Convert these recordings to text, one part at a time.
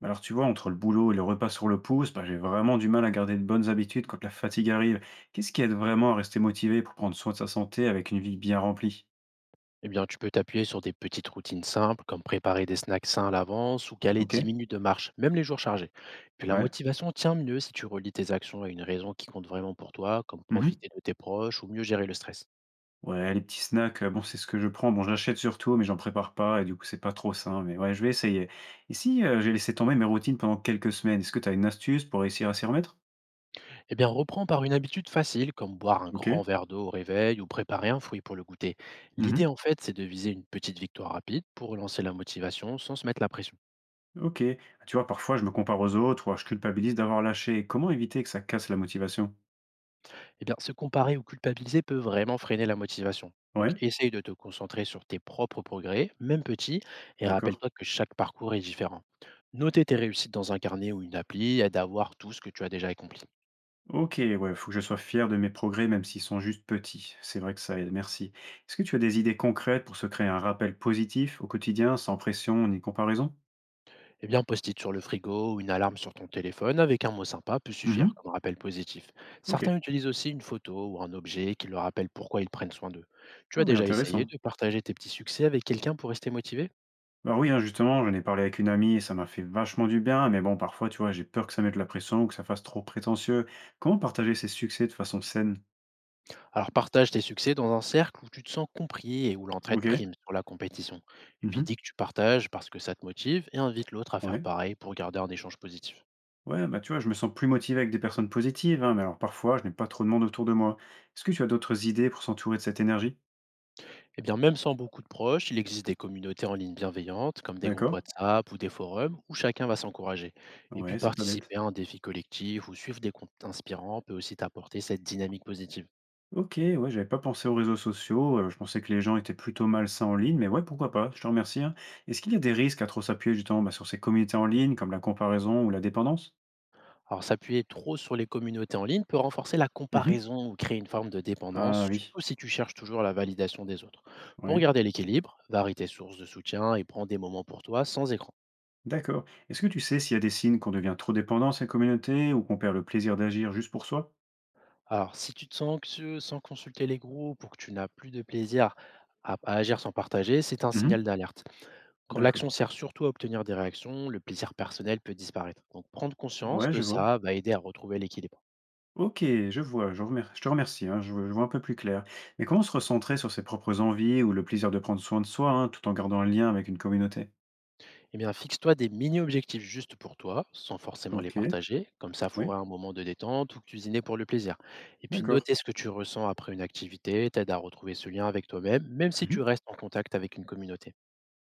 Bah alors tu vois, entre le boulot et le repas sur le pouce, j'ai vraiment du mal à garder de bonnes habitudes quand la fatigue arrive. Qu'est-ce qui aide vraiment à rester motivé pour prendre soin de sa santé avec une vie bien remplie? Eh bien, tu peux t'appuyer sur des petites routines simples, comme préparer des snacks sains à l'avance ou caler Ok? 10 minutes de marche, même les jours chargés. Puis la Ouais. motivation tient mieux si tu relis tes actions à une raison qui compte vraiment pour toi, comme Mhm. profiter de tes proches ou mieux gérer le stress. Ouais, les petits snacks, bon, c'est ce que je prends. Bon, j'achète surtout, mais j'en prépare pas et du coup, c'est pas trop sain. Mais ouais, je vais essayer. Et si j'ai laissé tomber mes routines pendant quelques semaines, est-ce que tu as une astuce pour réussir à s'y remettre? Eh bien, reprends par une habitude facile, comme boire un Ok. grand verre d'eau au réveil ou préparer un fruit pour le goûter. L'idée, Mhm. en fait, c'est de viser une petite victoire rapide pour relancer la motivation sans se mettre la pression. Ok. Ah, tu vois, parfois, je me compare aux autres ou alors je culpabilise d'avoir lâché. Comment éviter que ça casse la motivation? Eh bien, se comparer ou culpabiliser peut vraiment freiner la motivation. Donc, Ouais, essaye de te concentrer sur tes propres progrès, même petits, et d'accord. rappelle-toi que chaque parcours est différent. Noter tes réussites dans un carnet ou une appli aide à voir tout ce que tu as déjà accompli. OK, ouais, faut que je sois fier de mes progrès, même s'ils sont juste petits. C'est vrai que ça aide, merci. Est-ce que tu as des idées concrètes pour se créer un rappel positif au quotidien, sans pression ni comparaison? Eh bien, un post-it sur le frigo ou une alarme sur ton téléphone avec un mot sympa peut Mhm. suffire comme rappel positif. Certains OK. utilisent aussi une photo ou un objet qui leur rappelle pourquoi ils prennent soin d'eux. Tu Ah as oui, déjà essayé intéressant. de partager tes petits succès avec quelqu'un pour rester motivé? Bah oui, hein, justement, j'en ai parlé avec une amie et ça m'a fait vachement du bien, mais bon, parfois, tu vois, j'ai peur que ça mette la pression ou que ça fasse trop prétentieux. Comment partager ses succès de façon saine? Alors partage tes succès dans un cercle où tu te sens compris et où l'entraide OK. prime sur la compétition. Et puis dis Mhm. que tu partages parce que ça te motive et invite l'autre à faire Ouais. pareil pour garder un échange positif. Ouais, bah tu vois, je me sens plus motivé avec des personnes positives, hein, mais alors parfois, je n'ai pas trop de monde autour de moi. Est-ce que tu as d'autres idées pour s'entourer de cette énergie? Et bien même sans beaucoup de proches, il existe des communautés en ligne bienveillantes comme des groupes D'accord? WhatsApp ou des forums où chacun va s'encourager. Et puis Ouais, c'est pas bête. participer à un défi collectif ou suivre des comptes inspirants peut aussi t'apporter cette dynamique positive. OK, ouais, j'avais pas pensé aux réseaux sociaux, je pensais que les gens étaient plutôt malsains en ligne, mais ouais, pourquoi pas, je te remercie, hein. Est-ce qu'il y a des risques à trop s'appuyer justement, bah, sur ces communautés en ligne, comme la comparaison ou la dépendance? Alors, s'appuyer trop sur les communautés en ligne peut renforcer la Mmh. comparaison ou créer une forme de Ah dépendance, oui, surtout si tu cherches toujours la validation des autres. Pour ouais, garder l'équilibre, varie tes sources de soutien et prends des moments pour toi sans écran. d'accord. Est-ce que tu sais s'il y a des signes qu'on devient trop dépendant à ces communautés ou qu'on perd le plaisir d'agir juste pour soi? Alors, si tu te sens anxieux sans consulter les groupes ou que tu n'as plus de plaisir à agir sans partager, c'est un Mmh. signal d'alerte. Quand l'action D'accord. sert surtout à obtenir des réactions, le plaisir personnel peut disparaître. Donc, prendre conscience Ouais, de je vois. ça va aider à retrouver l'équilibre. OK, je vois, je te remercie, hein, je vois un peu plus clair. Mais comment se recentrer sur ses propres envies ou le plaisir de prendre soin de soi, hein, tout en gardant un lien avec une communauté? Eh bien, fixe-toi des mini-objectifs juste pour toi, sans forcément les OK, partager, comme ça oui, fourrer un moment de détente ou cuisiner pour le plaisir. Et puis d'accord. noter ce que tu ressens après une activité t'aide à retrouver ce lien avec toi-même, même si Mmh. tu restes en contact avec une communauté.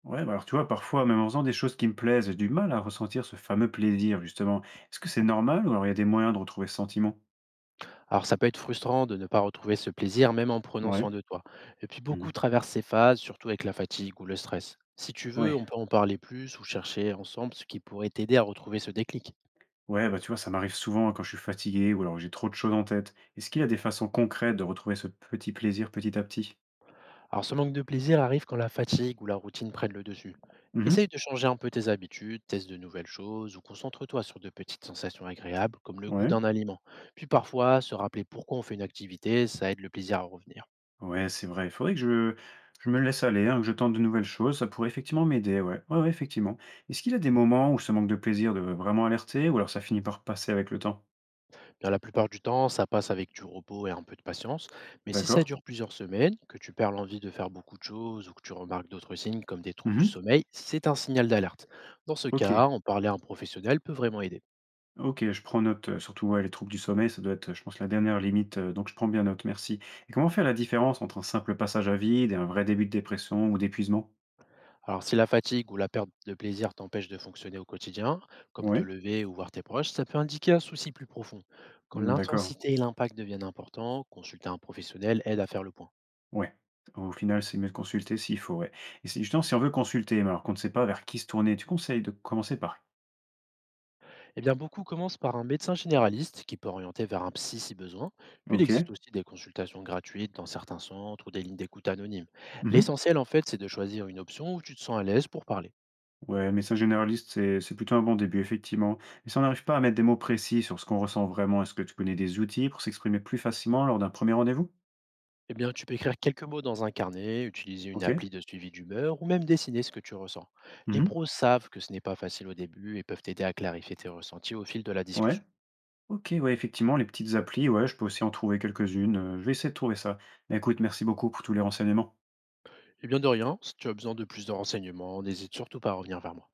Ouais, bah, alors, tu vois, parfois, même en faisant des choses qui me plaisent, j'ai du mal à ressentir ce fameux plaisir, justement. Est-ce que c'est normal ou alors il y a des moyens de retrouver ce sentiment? Alors ça peut être frustrant de ne pas retrouver ce plaisir, même en prenant soin Ouais. de toi. Et puis Mmh. beaucoup traversent ces phases, surtout avec la fatigue ou le stress. Si tu veux, Ouais. on peut en parler plus ou chercher ensemble ce qui pourrait t'aider à retrouver ce déclic. Ouais, bah, tu vois, ça m'arrive souvent quand je suis fatigué ou alors j'ai trop de choses en tête. Est-ce qu'il y a des façons concrètes de retrouver ce petit plaisir petit à petit? Alors ce manque de plaisir arrive quand la fatigue ou la routine prennent le dessus. Mmh. Essaye de changer un peu tes habitudes, teste de nouvelles choses ou concentre-toi sur de petites sensations agréables comme le goût Ouais. d'un aliment. Puis parfois, se rappeler pourquoi on fait une activité, ça aide le plaisir à revenir. Ouais, c'est vrai. Il faudrait que je me laisse aller, hein, que je tente de nouvelles choses. Ça pourrait effectivement m'aider, ouais. Ouais, ouais, effectivement. Est-ce qu'il y a des moments où ce manque de plaisir de vraiment alerter ou alors ça finit par passer avec le temps? Bien, la plupart du temps, ça passe avec du repos et un peu de patience, mais si ça D'accord. dure plusieurs semaines, que tu perds l'envie de faire beaucoup de choses ou que tu remarques d'autres signes comme des troubles du Mmh. sommeil, c'est un signal d'alerte. Dans ce OK, cas, en parler à un professionnel peut vraiment aider. OK, je prends note, surtout, ouais, les troubles du sommeil, ça doit être, je pense, la dernière limite, donc je prends bien note, merci. Et comment faire la différence entre un simple passage à vide et un vrai début de dépression ou d'épuisement? Alors, si la fatigue ou la perte de plaisir t'empêche de fonctionner au quotidien, comme te Ouais? lever ou voir tes proches, ça peut indiquer un souci plus profond. Quand Mmh, d'accord. l'intensité et l'impact deviennent importants, consulter un professionnel aide à faire le point. Ouais. Au final, c'est mieux de consulter s'il faut, ouais. Et si justement, si on veut consulter, mais alors qu'on ne sait pas vers qui se tourner, tu conseilles de commencer par Eh bien, beaucoup commencent par un médecin généraliste qui peut orienter vers un psy si besoin. Puis, il existe OK. aussi des consultations gratuites dans certains centres ou des lignes d'écoute anonymes. Mmh. L'essentiel, en fait, c'est de choisir une option où tu te sens à l'aise pour parler. Ouais, médecin généraliste, c'est plutôt un bon début, effectivement. Mais si on n'arrive pas à mettre des mots précis sur ce qu'on ressent vraiment, est-ce que tu connais des outils pour s'exprimer plus facilement lors d'un premier rendez-vous? Eh bien, tu peux écrire quelques mots dans un carnet, utiliser une OK. appli de suivi d'humeur ou même dessiner ce que tu ressens. Les Mmh. pros savent que ce n'est pas facile au début et peuvent t'aider à clarifier tes ressentis au fil de la Ouais. discussion. OK, ouais, effectivement, les petites applis, ouais, je peux aussi en trouver quelques-unes, je vais essayer de trouver ça. Mais écoute, merci beaucoup pour tous les renseignements. Eh bien, de rien, si tu as besoin de plus de renseignements, n'hésite surtout pas à revenir vers moi.